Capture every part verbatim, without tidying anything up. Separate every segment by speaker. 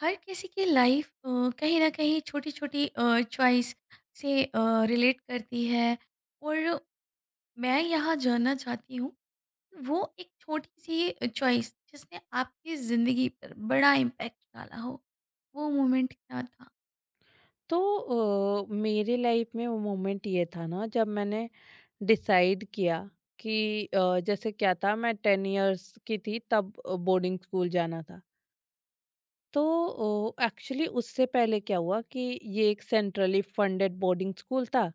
Speaker 1: हर किसी की लाइफ कहीं ना कहीं छोटी छोटी चॉइस से रिलेट करती है। और मैं यहाँ जानना चाहती हूँ, वो एक छोटी सी चॉइस जिसने आपकी ज़िंदगी पर बड़ा इम्पैक्ट डाला हो, वो मोमेंट क्या था?
Speaker 2: तो अ, मेरे लाइफ में वो मोमेंट ये था ना जब मैंने डिसाइड किया कि अ, जैसे क्या था, मैं टेन इयर्स की थी तब बोर्डिंग स्कूल जाना था। तो एक्चुअली उससे पहले क्या हुआ कि ये एक सेंट्रली फंडेड बोर्डिंग स्कूल था,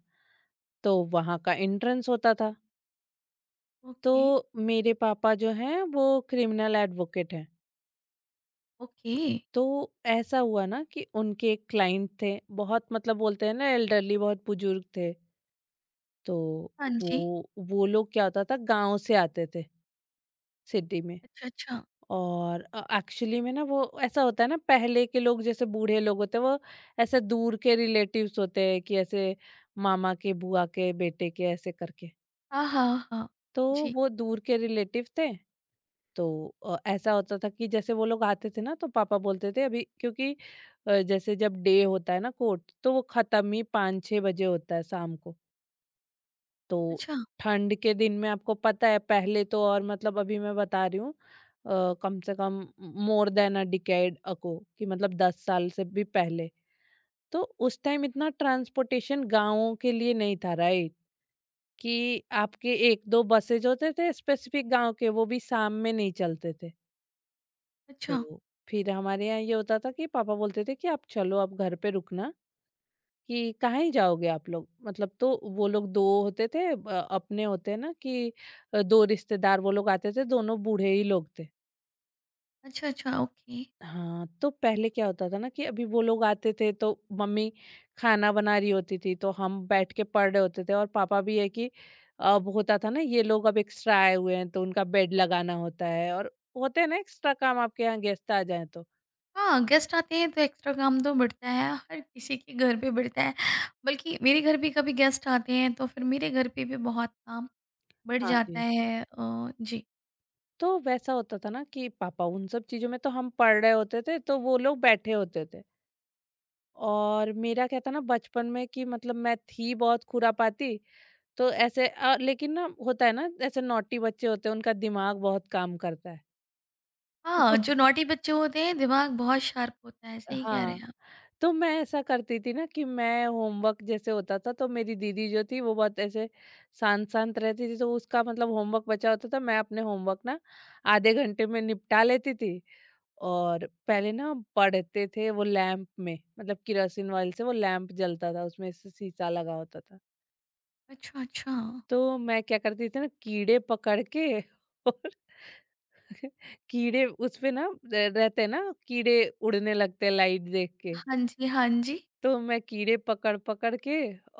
Speaker 2: तो वहाँ का एंट्रेंस होता था। तो
Speaker 1: ओके।
Speaker 2: मेरे पापा जो हैं वो क्रिमिनल एडवोकेट हैं।
Speaker 1: ओके।
Speaker 2: तो ऐसा हुआ ना कि उनके एक क्लाइंट थे, बहुत मतलब बोलते हैं ना एल्डरली, बहुत बुजुर्ग थे। तो
Speaker 1: हाँ जी।
Speaker 2: वो वो लोग क्या होता था, गाँव से आते थे सिटी में।
Speaker 1: अच्छा, अच्छा।
Speaker 2: और एक्चुअली में ना वो ऐसा होता है ना, पहले के लोग जैसे बूढ़े लोग होते हैं वो ऐसे दूर के रिलेटिव्स होते हैं, कि ऐसे मामा के बुआ के बेटे के ऐसे करके।
Speaker 1: हाँ, हाँ, हाँ।
Speaker 2: तो
Speaker 1: जी।
Speaker 2: वो दूर के रिलेटिव थे। तो अ, ऐसा होता था कि जैसे वो लोग आते थे ना तो पापा बोलते थे अभी, क्योंकि अ, जैसे जब डे होता है ना कोर्ट, तो वो खत्म ही पाँच छः बजे होता है शाम को। तो
Speaker 1: अच्छा,
Speaker 2: ठंड के दिन में आपको पता है पहले तो, और मतलब अभी मैं बता रही हूँ अ, कम से कम मोर देन अ डिकेड अको, कि मतलब दस साल से भी पहले। तो उस टाइम इतना ट्रांसपोर्टेशन गाँवों के लिए नहीं था, राइट? कि आपके एक दो बसेज होते थे स्पेसिफिक गांव के, वो भी शाम में नहीं चलते थे।
Speaker 1: अच्छा।
Speaker 2: तो फिर हमारे यहाँ ये होता था कि पापा बोलते थे कि आप चलो, आप घर पे रुकना, कि कहाँ ही जाओगे आप लोग, मतलब। तो वो लोग दो होते थे, अ, अपने होते हैं ना कि अ, दो रिश्तेदार वो लोग आते थे, दोनों बूढ़े ही लोग थे।
Speaker 1: अच्छा, अच्छा। ओके।
Speaker 2: हाँ, तो पहले क्या होता था ना कि अभी वो लोग आते थे तो मम्मी खाना बना रही होती थी, तो हम बैठ के पढ़ रहे होते थे और पापा भी है कि अब होता था ना, ये लोग अब एक्स्ट्रा आए हुए हैं, तो उनका बेड लगाना होता है, और होते हैं ना एक्स्ट्रा काम आपके यहाँ गेस्ट आ जाएँ तो।
Speaker 1: हाँ, गेस्ट आते हैं तो एक्स्ट्रा काम तो बढ़ता है, हर किसी के घर पे बढ़ता है। बल्कि मेरे घर भी कभी गेस्ट आते हैं तो फिर मेरे घर पे भी बहुत काम बढ़
Speaker 2: हाँ
Speaker 1: जाता
Speaker 2: जी।
Speaker 1: है, अ, जी।
Speaker 2: तो वैसा होता था ना कि पापा उन सब चीज़ों में, तो हम पढ़ रहे होते थे, तो वो लोग बैठे होते थे। और मेरा क्या था ना बचपन में, कि मतलब मैं थी बहुत खुरापाती। तो ऐसे अ, लेकिन ना होता है ना ऐसे नॉटी बच्चे होते हैं उनका दिमाग बहुत काम करता है।
Speaker 1: हाँ,
Speaker 2: तो-
Speaker 1: जो नॉटी बच्चे होते हैं दिमाग बहुत शार्प होता है, सही कह रहे
Speaker 2: हाँ,
Speaker 1: हैं आप।
Speaker 2: तो मैं ऐसा करती थी ना कि मैं होमवर्क जैसे होता था तो, मेरी दीदी जो थी वो बहुत ऐसे शांत शांत रहती थी तो उसका मतलब होमवर्क बचा होता था। मैं अपने होमवर्क ना आधे घंटे में निपटा लेती थी। और पहले ना हम पढ़ते थे वो लैंप में, मतलब किरोसिन ऑयल से वो लैंप जलता था, उसमें से शीशा लगा होता था।
Speaker 1: अच्छा, अच्छा।
Speaker 2: तो मैं क्या करती थी ना, कीड़े पकड़ के और कीड़े उसपे ना र- रहते हैं ना, कीड़े उड़ने लगते हैं लाइट देख के।
Speaker 1: हाँ जी, हाँ जी।
Speaker 2: तो मैं कीड़े पकड़ पकड़ के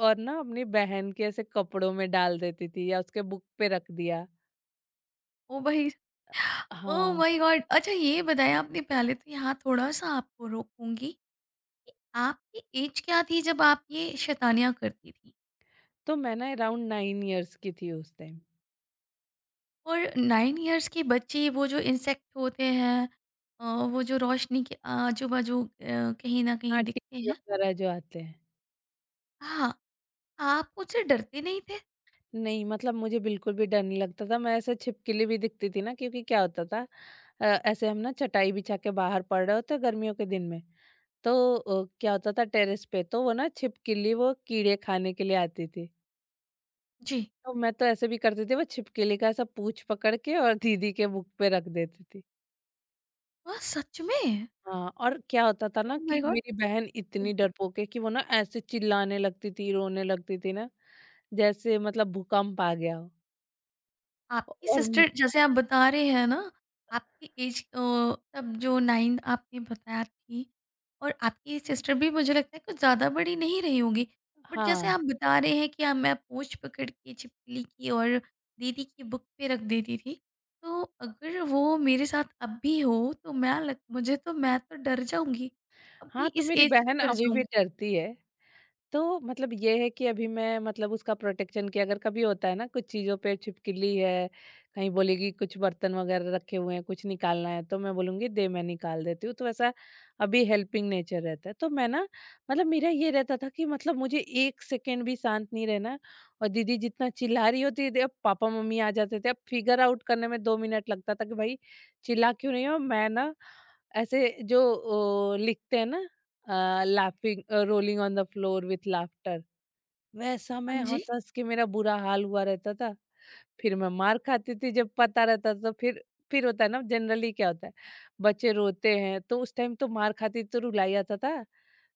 Speaker 2: और ना अपनी बहन के ऐसे कपड़ों में डाल देती थी या उसके बुक पे रख दिया।
Speaker 1: ओह भाई। ओह
Speaker 2: हाँ,
Speaker 1: माय गॉड! अच्छा, ये बताया आपने पहले, तो यहाँ थोड़ा-सा आपको रोकूँगी कि आपकी ऐज क्या थी जब आप ये शैतानियाँ करती थी?
Speaker 2: तो मैं ना अराउंड नाइन इयर्स की थी उस टाइम।
Speaker 1: और नाइन इयर्स के बच्चे, वो जो इंसेक्ट होते हैं, अ, वो जो रोशनी के आजू-बाजू, अ, कहीं न कहीं
Speaker 2: हाँ,
Speaker 1: दिखते
Speaker 2: टीवी
Speaker 1: हैं।
Speaker 2: वगैरह जो आते हैं।
Speaker 1: हाँ, आप मुझसे डरते नहीं थे?
Speaker 2: नहीं, मतलब मुझे बिल्कुल भी डर नहीं लगता था। मैं ऐसे छिपकली भी दिखती थी ना, क्योंकि क्या होता था अ, ऐसे हम ना चटाई बिछा के बाहर पड़ रहे होते गर्मियों के दिन में। तो अ, क्या होता था, टेरेस पे तो वो ना छिपकली वो कीड़े खाने के लिए आती थी।
Speaker 1: जी।
Speaker 2: तो मैं तो ऐसे भी करती थी, वो छिपकली का ऐसा पूँछ पकड़ के और दीदी के मुँह पे रख देती थी।
Speaker 1: हाँ, सच में?
Speaker 2: हाँ, और क्या होता था
Speaker 1: ओह
Speaker 2: ना कि
Speaker 1: माय गॉड!
Speaker 2: मेरी बहन इतनी डरपोक है कि वो ना ऐसे चिल्लाने लगती थी, रोने लगती थी ना, जैसे मतलब भूकंप आ गया हो।
Speaker 1: आपकी
Speaker 2: और म-
Speaker 1: सिस्टर, जैसे आप बता रहे हैं ना, आपकी एज तब जो नाइन्थ आपने बताया थी, और आपकी सिस्टर भी मुझे लगता है कुछ ज़्यादा बड़ी नहीं रही होगी। बट जैसे
Speaker 2: हाँ,
Speaker 1: आप बता रहे हैं कि आप, मैं पूंछ पकड़ के छिपकली की और दीदी की बुक पे रख देती थी, तो अगर वो मेरे साथ अब भी हो, तो मैं लग, मुझे तो, मैं तो डर जाऊंगी, अभी
Speaker 2: हाँ, तो
Speaker 1: इस
Speaker 2: मेरी
Speaker 1: एज में
Speaker 2: बहन
Speaker 1: डर
Speaker 2: अभी भी
Speaker 1: जाऊंगी।
Speaker 2: डरती है। तो मतलब ये है कि अभी मैं मतलब उसका प्रोटेक्शन, कि अगर कभी होता है ना कुछ चीज़ों पे छिपकली है, कहीं बोलेगी कुछ बर्तन वगैरह रखे हुए हैं, कुछ निकालना है, तो मैं बोलूँगी दे मैं निकाल देती हूँ। तो ऐसा अभी हेल्पिंग नेचर रहता है। तो मैं ना मतलब मेरा ये रहता था कि मतलब मुझे एक सेकंड भी शांत नहीं रहना है। और दीदी जितना चिल्ला रही होती थी, अब पापा-मम्मी आ जाते थे। अब फिगर आउट करने में दो मिनट लगता था कि भाई चिल्ला क्यों रही हो। मैं ना ऐसे जो ओ, लिखते हैं ना, laughing rolling on the floor with laughter, वैसा मैं
Speaker 1: हाँ जी।
Speaker 2: हंस हंस के मेरा बुरा हाल हुआ रहता था। फिर मैं मार खाती थी जब पता रहता था, तो फिर फिर होता है ना जनरली क्या होता है बच्चे रोते हैं, तो उस टाइम तो मार खाती तो रुलाई आता था।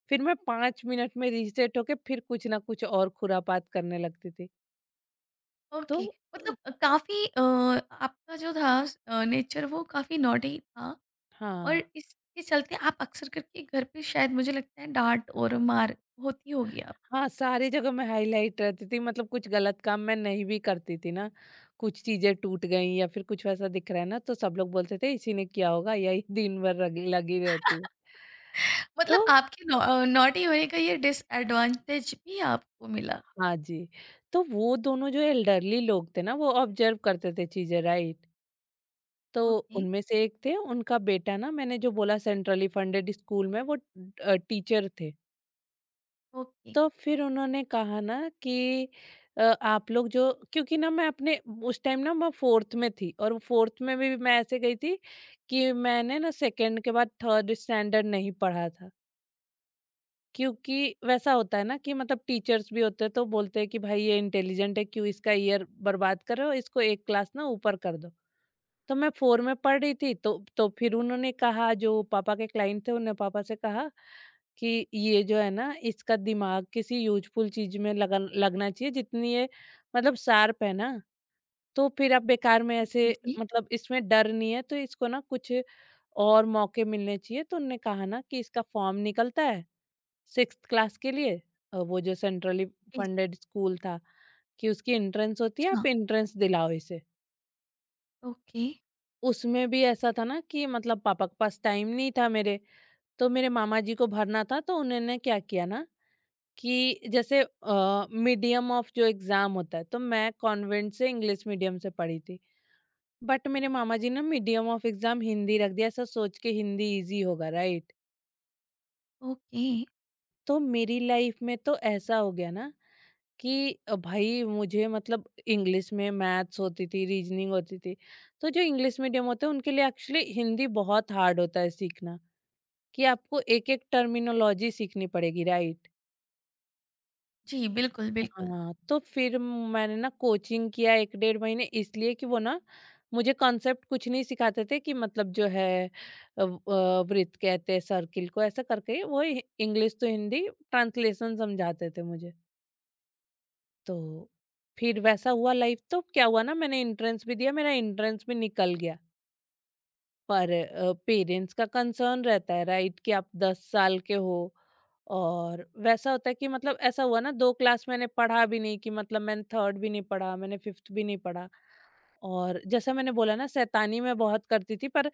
Speaker 2: फिर मैं पांच मिनट में रिसेट होके फिर कुछ ना कुछ और खुरापात करने लगती थी। तो
Speaker 1: ओके।
Speaker 2: अ,
Speaker 1: मतलब काफ़ी आपका जो था नेचर वो काफ़ी नॉटी था, और
Speaker 2: हाँ।
Speaker 1: इसके चलते आप अक्सर करके घर पे, शायद मुझे लगता है, डाँट और मार होती होगी आप।
Speaker 2: हाँ, सारी जगह मैं हाईलाइट रहती थी, मतलब कुछ गलत काम मैं नहीं भी करती थी ना, कुछ चीज़ें टूट गई या फिर कुछ वैसा दिख रहा है ना, तो सब लोग बोलते थे इसी ने किया होगा, यही दिन भर रग लगी रहती है। तो
Speaker 1: मतलब आपके नॉ अ, नॉटी होने का ये डिसएडवांटेज भी आपको मिला।
Speaker 2: हाँ जी, तो वो दोनों जो एल्डरली लोग थे ना वो ऑब्जर्व करते थे चीज़ें, राइट? तो
Speaker 1: ओके,
Speaker 2: उनमें से एक थे उनका बेटा ना, मैंने जो बोला सेंट्रली फंडेड स्कूल में वो अ, टीचर थे।
Speaker 1: ओके।
Speaker 2: तो फिर उन्होंने कहा ना कि अ, आप लोग जो, क्योंकि ना मैं अपने उस टाइम ना मैं फोर्थ में थी, और फोर्थ में भी मैं ऐसे गई थी कि मैंने ना सेकंड के बाद थर्ड स्टैंडर्ड नहीं पढ़ा था, क्योंकि वैसा होता है ना कि मतलब टीचर्स भी होते हैं तो बोलते हैं कि भाई ये इंटेलिजेंट है, क्यों इसका ईयर बर्बाद कर रहे हो, इसको एक क्लास ना ऊपर कर दो। तो मैं फोर में पढ़ रही थी। तो तो फिर उन्होंने कहा जो पापा के क्लाइंट थे, उन्होंने पापा से कहा कि ये जो है ना इसका दिमाग किसी यूजफुल चीज में लगन लगना चाहिए, जितनी ये मतलब शार्प है ना, तो फिर आप बेकार में ऐसे,
Speaker 1: जी, जी,
Speaker 2: मतलब इसमें डर नहीं है तो इसको ना कुछ और मौके मिलने चाहिए। तो उनने कहा ना कि इसका फॉर्म निकलता है सिक्स क्लास के लिए, अ, वो जो सेंट्रली
Speaker 1: जी।
Speaker 2: फंडेड स्कूल था, कि उसकी एंट्रेंस होती है,
Speaker 1: हाँ,
Speaker 2: आप एंट्रेंस दिलाओ इसे।
Speaker 1: ओके,
Speaker 2: उसमें भी ऐसा था ना कि मतलब पापा के पास टाइम नहीं था मेरे, तो मेरे मामा जी को भरना था। तो उन्होंने क्या किया ना कि जैसे मीडियम ऑफ जो एग्ज़ाम होता है तो, मैं कॉन्वेंट से इंग्लिश मीडियम से पढ़ी थी। बट मेरे मामा जी ने मीडियम ऑफ एग्ज़ाम हिंदी रख दिया, ऐसा सोच के हिंदी ईज़ी होगा, राइट?
Speaker 1: ओके।
Speaker 2: तो मेरी लाइफ में तो ऐसा हो गया ना कि अ, भाई मुझे मतलब इंग्लिश में मैथ्स होती थी, रीज़निंग होती थी। तो जो इंग्लिश मीडियम होते हैं उनके लिए एक्चुअली हिंदी बहुत हार्ड होता है सीखना, कि आपको एक-एक टर्मिनोलॉजी सीखनी पड़ेगी, राइट?
Speaker 1: जी, बिल्कुल, बिल्कुल।
Speaker 2: हाँ, तो फिर मैंने ना कोचिंग किया एक डेढ़ महीने, इसलिए कि वो ना मुझे कॉन्सेप्ट कुछ नहीं सिखाते थे, कि मतलब जो है अ, व वृत्त कहते हैं सर्किल को, ऐसा करके वो हि इंग्लिश टू हिंदी ट्रांसलेशन समझाते थे मुझे। तो फिर वैसा हुआ लाइफ, तो क्या हुआ ना, मैंने एंट्रेंस भी दिया, मेरा एंट्रेंस भी निकल गया। पर पेरेंट्स का कंसर्न रहता है, राइट, कि आप दस साल के हो, और वैसा होता है कि मतलब ऐसा हुआ ना दो क्लास मैंने पढ़ा भी नहीं, कि मतलब मैंने थर्ड भी नहीं पढ़ा मैंने फिफ्थ भी नहीं पढ़ा। और जैसा मैंने बोला ना शैतानी मैं बहुत करती थी, पर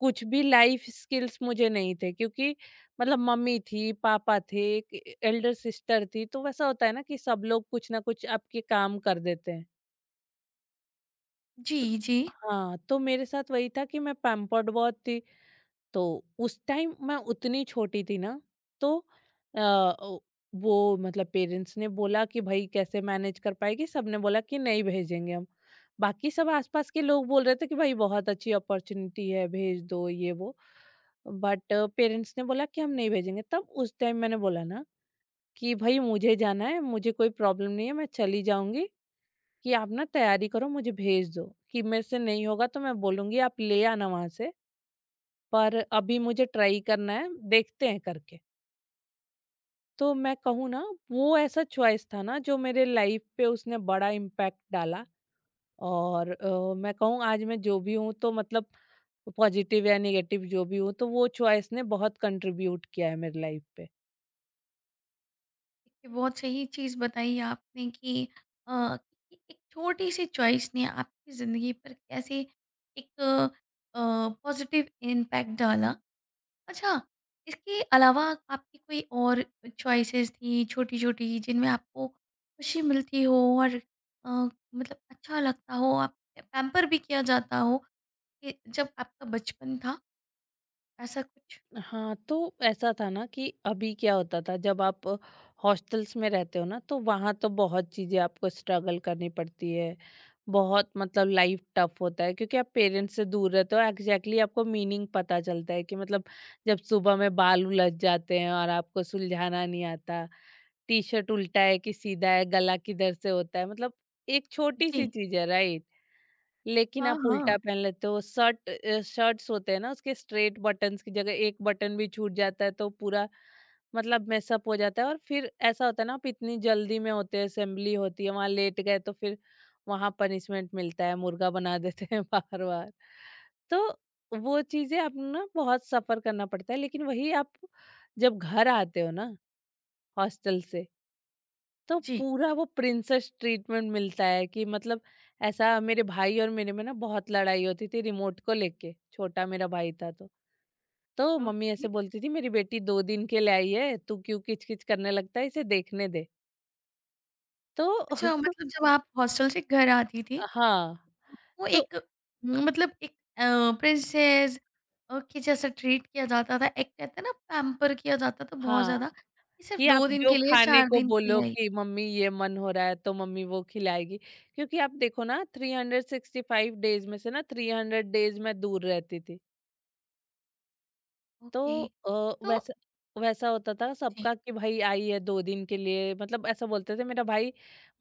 Speaker 2: कुछ भी लाइफ स्किल्स मुझे नहीं थे क्योंकि मतलब मम्मी थी पापा थे एक एल्डर सिस्टर थी, तो वैसा होता है ना कि सब लोग कुछ ना कुछ आपके काम कर देते हैं।
Speaker 1: जी, जी।
Speaker 2: हाँ, तो मेरे साथ वही था कि मैं पैम्पर्ड बहुत थी। तो उस टाइम मैं उतनी छोटी थी ना, तो अ, ओ- वो मतलब पेरेंट्स ने बोला कि भाई कैसे मैनेज कर पाएगी, सबने बोला कि नहीं भेजेंगे हम। बाकी सब आसपास के लोग बोल रहे थे कि भाई बहुत अच्छी अपॉर्चुनिटी है, भेज दो ये वो, बट पेरेंट्स ने बोला कि हम नहीं भेजेंगे। तब उस टाइम मैंने बोला ना कि भाई मुझे जाना है, मुझे कोई प्रॉब्लम नहीं है, मैं चली जाऊंगी, कि आप ना तैयारी करो मुझे भेज दो, कि मेरे से नहीं होगा तो मैं बोलूंगी आप ले आना वहां से, पर अभी मुझे ट्राई करना है, देखते हैं करके। तो मैं कहूँ ना, वो ऐसा चॉइस था ना जो मेरे लाइफ पे उसने बड़ा इम्पैक्ट डाला। और अ, मैं कहूँ आज मैं जो भी हूँ तो मतलब पॉजिटिव या नेगेटिव जो भी हूँ, तो वो चॉइस ने बहुत कंट्रीब्यूट किया है मेरी लाइफ पे।
Speaker 1: देखिए, बहुत सही चीज़ बताई आपने कि अ, कि एक छोटी-सी चॉइस ने आपकी ज़िंदगी पर कैसे एक अ, पॉज़िटिव इम्पैक्ट डाला। अच्छा, इसके अलावा आपकी कोई और चॉइसेस थी छोटी-छोटी जिनमें आपको खुशी मिलती हो, और अ, मतलब अच्छा लगता हो, आप पैम्पर भी किया जाता हो, कि जब आपका बचपन था, ऐसा कुछ?
Speaker 2: हाँ, तो ऐसा था ना कि अभी क्या होता था जब आप हॉस्टल्स में रहते हो ना, तो वहाँ तो बहुत चीज़ें आपको स्ट्रगल करनी पड़ती है। बहुत मतलब लाइफ टफ होता है क्योंकि आप पेरेंट्स से दूर रहते हो। एग्जैक्टली आपको मीनिंग पता चलता है कि मतलब जब सुबह में बाल उलझ जाते हैं और आपको सुलझाना नहीं आता, टी-शर्ट उल्टा है कि सीधा है, गला किधर से होता है, मतलब एक छोटी-सी
Speaker 1: जी।
Speaker 2: चीज़ है, राइट? लेकिन
Speaker 1: हाँ,
Speaker 2: आप
Speaker 1: हाँ।
Speaker 2: उल्टा पहन लेते हो शर्ट। अ, शर्ट्स होते हैं ना, उसके स्ट्रेट बटन्स की जगह एक बटन भी छूट जाता है तो पूरा मतलब मेसअप हो जाता है। और फिर ऐसा होता है ना, आप इतनी जल्दी में होते हैं, असेंबली होती है, वहां लेट गए तो फिर वहां पनिशमेंट मिलता है, मुर्गा बना देते हैं बार बार। तो वो चीजें आप ना, बहुत सफर करना पड़ता है। लेकिन वही आप जब घर आते हो ना हॉस्टल से, तो
Speaker 1: जी।
Speaker 2: पूरा वो प्रिंसेस ट्रीटमेंट मिलता है कि मतलब ऐसा। मेरे भाई और मेरे में ना बहुत लड़ाई होती थी रिमोट को लेके। छोटा मेरा भाई था तो तो मम्मी
Speaker 1: ओके।
Speaker 2: ऐसे बोलती थी, मेरी बेटी दो दिन के लिए आई है, तू क्यों किचकिच करने लगता है, इसे देखने दे। तो
Speaker 1: अच्छा, मतलब जब आप हॉस्टल से घर आती थी,
Speaker 2: हाँ।
Speaker 1: वो
Speaker 2: तो
Speaker 1: एक, न, मतलब एक अ, प्रिंसेस अ, के जैसा ट्रीट किया जाता था। एक कहते हैं ना, पैम्पर किया जाता था बहुत
Speaker 2: हाँ,
Speaker 1: ज़्यादा, कि सिर्फ़
Speaker 2: कि
Speaker 1: दो
Speaker 2: आप
Speaker 1: दिन
Speaker 2: जो
Speaker 1: के लिए,
Speaker 2: खाने
Speaker 1: चार
Speaker 2: को
Speaker 1: दिन के
Speaker 2: बोलो
Speaker 1: लिए।
Speaker 2: कि मम्मी, ये मन हो रहा है, तो मम्मी वो खिलाएगी, क्योंकि आप देखो ना, three hundred sixty five days में से ना थ्री हंड्रेड डेज मैं दूर रहती थी। तो
Speaker 1: ओके।
Speaker 2: अ,
Speaker 1: तो
Speaker 2: वैसा वैसा होता था
Speaker 1: जी।
Speaker 2: सबका कि भाई आई है दो दिन के लिए, मतलब ऐसा बोलते थे मेरा भाई।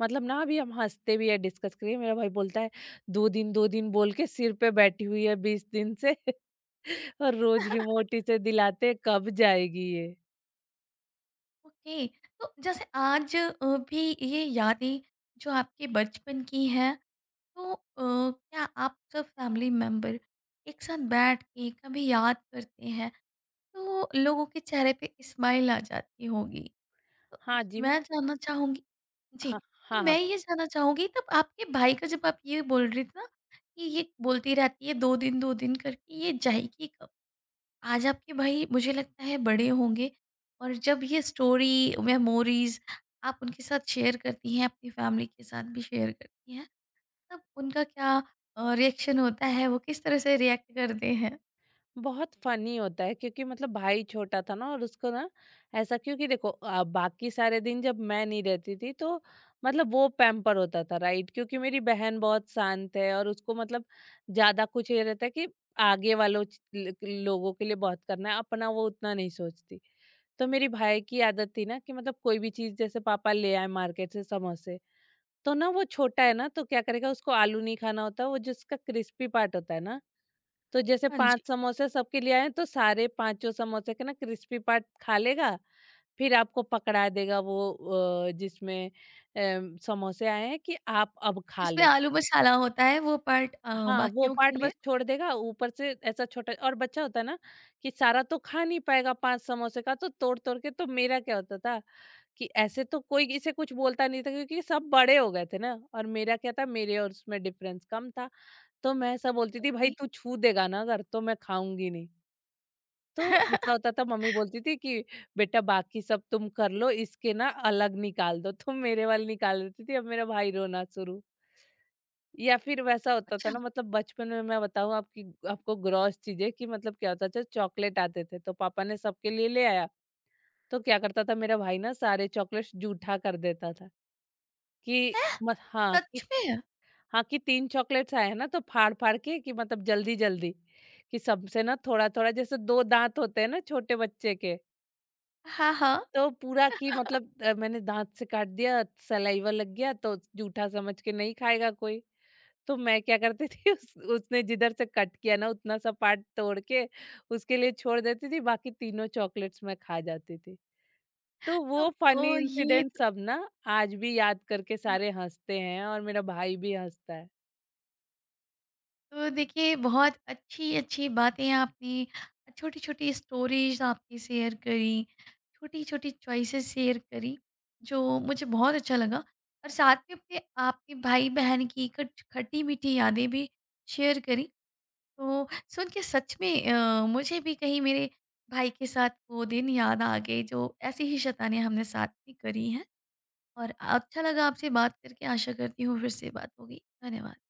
Speaker 2: मतलब ना अभी हम हँसते भी है, डिस्कस करिए, मेरा भाई बोलता है दो दिन दो दिन बोल के सिर पे बैठी हुई है बीस दिन से। और रोज रिमोट इसे दिलाते, कब जाएगी ये?
Speaker 1: ओके। तो जैसे आज अ, भी ये यादें जो आपके बचपन की हैं, तो अ, क्या आप सब फैमिली मेंबर एक साथ बैठ के कभी याद करते हैं, तो लोगों के चेहरे पे स्माइल आ जाती होगी, तो
Speaker 2: हाँ जी। म
Speaker 1: मैं जानना चाहूंगी। जी।
Speaker 2: हाँ, हाँ,
Speaker 1: तो
Speaker 2: हाँ।
Speaker 1: मैं ये जानना चाहूंगी, तब आपके भाई का, जब आप ये बोल रही थी ना कि ये बोलती रहती है दो दिन दो दिन करके ये जाएगी कब, आज आपके भाई मुझे लगता है बड़े होंगे, और जब ये स्टोरी मेमोरीज आप उनके साथ शेयर करती हैं, अपनी फैमिली के साथ भी शेयर करती हैं, तब उनका क्या रिएक्शन होता है, वो किस तरह से रिएक्ट करते हैं?
Speaker 2: बहुत फनी होता है, क्योंकि मतलब भाई छोटा था ना, और उसको ना ऐसा, क्योंकि देखो अ, बाकी सारे दिन जब मैं नहीं रहती थी तो मतलब वो पैम्पर होता था, राइट? क्योंकि मेरी बहन बहुत शांत है और उसको मतलब ज्यादा कुछ ये रहता है कि आगे वालों च- ल- लोगों के लिए बहुत करना है, अपना वो उतना नहीं सोचती। तो मेरी भाई की आदत थी ना कि मतलब कोई भी चीज, जैसे पापा ले आए मार्केट से समोसे, तो ना वो छोटा है ना, तो क्या करेगा, उसको आलू नहीं खाना होता, वो जिसका क्रिस्पी पार्ट होता है ना, तो जैसे
Speaker 1: हाँ
Speaker 2: पाँच
Speaker 1: जी।
Speaker 2: समोसे सबके लिए आए हैं, तो सारे पाँचों समोसे के ना क्रिस्पी पार्ट खा लेगा, फिर आपको पकड़ा देगा वो अ, जिसमें अ, समोसे आए हैं, कि आप अब खा
Speaker 1: जिसमें
Speaker 2: लो।
Speaker 1: आलू मसाला होता है वो पार्ट,
Speaker 2: हाँ, वो
Speaker 1: बाकियों के
Speaker 2: पार्ट
Speaker 1: लिए।
Speaker 2: बस छोड़ देगा। ऊपर से ऐसा छोटा और बच्चा होता है ना, कि सारा तो खा नहीं पाएगा पाँच समोसे का, तो तोड़-तोड़ के। तो मेरा क्या होता था कि ऐसे तो कोई इसे कुछ बोलता नहीं था, क्योंकि सब बड़े हो गए थे ना, और मेरा क्या था, मेरे और उसमें डिफरेंस कम था। तो मैं ऐसा बोलती थी, "भाई,
Speaker 1: ठीक।
Speaker 2: तू छू देगा ना अगर, तो मैं खाऊँगी नहीं।" तो ऐसा होता था, मम्मी बोलती थी कि बेटा, बाकी सब तुम कर लो, इसके ना अलग निकाल दो। तुम मेरे वाले निकाल देती थी, अब मेरा भाई रोना शुरू। या फिर वैसा होता था
Speaker 1: अच्छा
Speaker 2: ना, मतलब बचपन में मैं बताऊं आपकी आपको ग्रॉस चीजें, कि मतलब क्या होता था, चॉकलेट आते थे तो पापा ने सबके लिए ले आया, तो क्या करता था मेरा भाई ना, सारे चॉकलेट्स जूठा कर देता था, कि
Speaker 1: है।
Speaker 2: मत हाँ कि
Speaker 1: सच में।
Speaker 2: हाँ, कि तीन चॉकलेट्स आए हैं ना, तो फाड़-फाड़ के, कि मतलब जल्दी-जल्दी, कि सबसे ना थोड़ा-थोड़ा, जैसे दो दाँत होते हैं ना छोटे बच्चे के,
Speaker 1: हाँ, हाँ।
Speaker 2: तो पूरा, कि मतलब अ, मैंने दाँत से काट दिया, सलाइवा लग गया, तो जूठा समझ के नहीं खाएगा कोई। तो मैं क्या करती थी, उस उसने जिधर से कट किया ना उतना सा पार्ट तोड़ के उसके लिए छोड़ देती थी, बाकी तीनों चॉकलेट्स मैं खा जाती थी। तो वो
Speaker 1: तब,
Speaker 2: फनी
Speaker 1: ओ ये
Speaker 2: इंसिडेंट
Speaker 1: तो।
Speaker 2: सब ना आज भी याद करके सारे हँसते हैं और मेरा भाई भी हँसता है।
Speaker 1: तो देखिए, बहुत अच्छी-अच्छी बातें आपने, छोटी-छोटी स्टोरीज़ आपकी शेयर करी, छोटी-छोटी चॉइसेस शेयर करी, जो मुझे बहुत अच्छा लगा, और साथ में अपने आपके भाई-बहन की कुछ खट्टी-मीठी यादें भी शेयर करी। तो सुन के सच में अ, मुझे भी कहीं मेरे भाई के साथ वो दिन याद आ गए जो ऐसी ही शैतानियाँ हमने साथ में करी हैं, और अच्छा लगा आपसे बात करके। आशा करती हूँ फिर से बात होगी। धन्यवाद।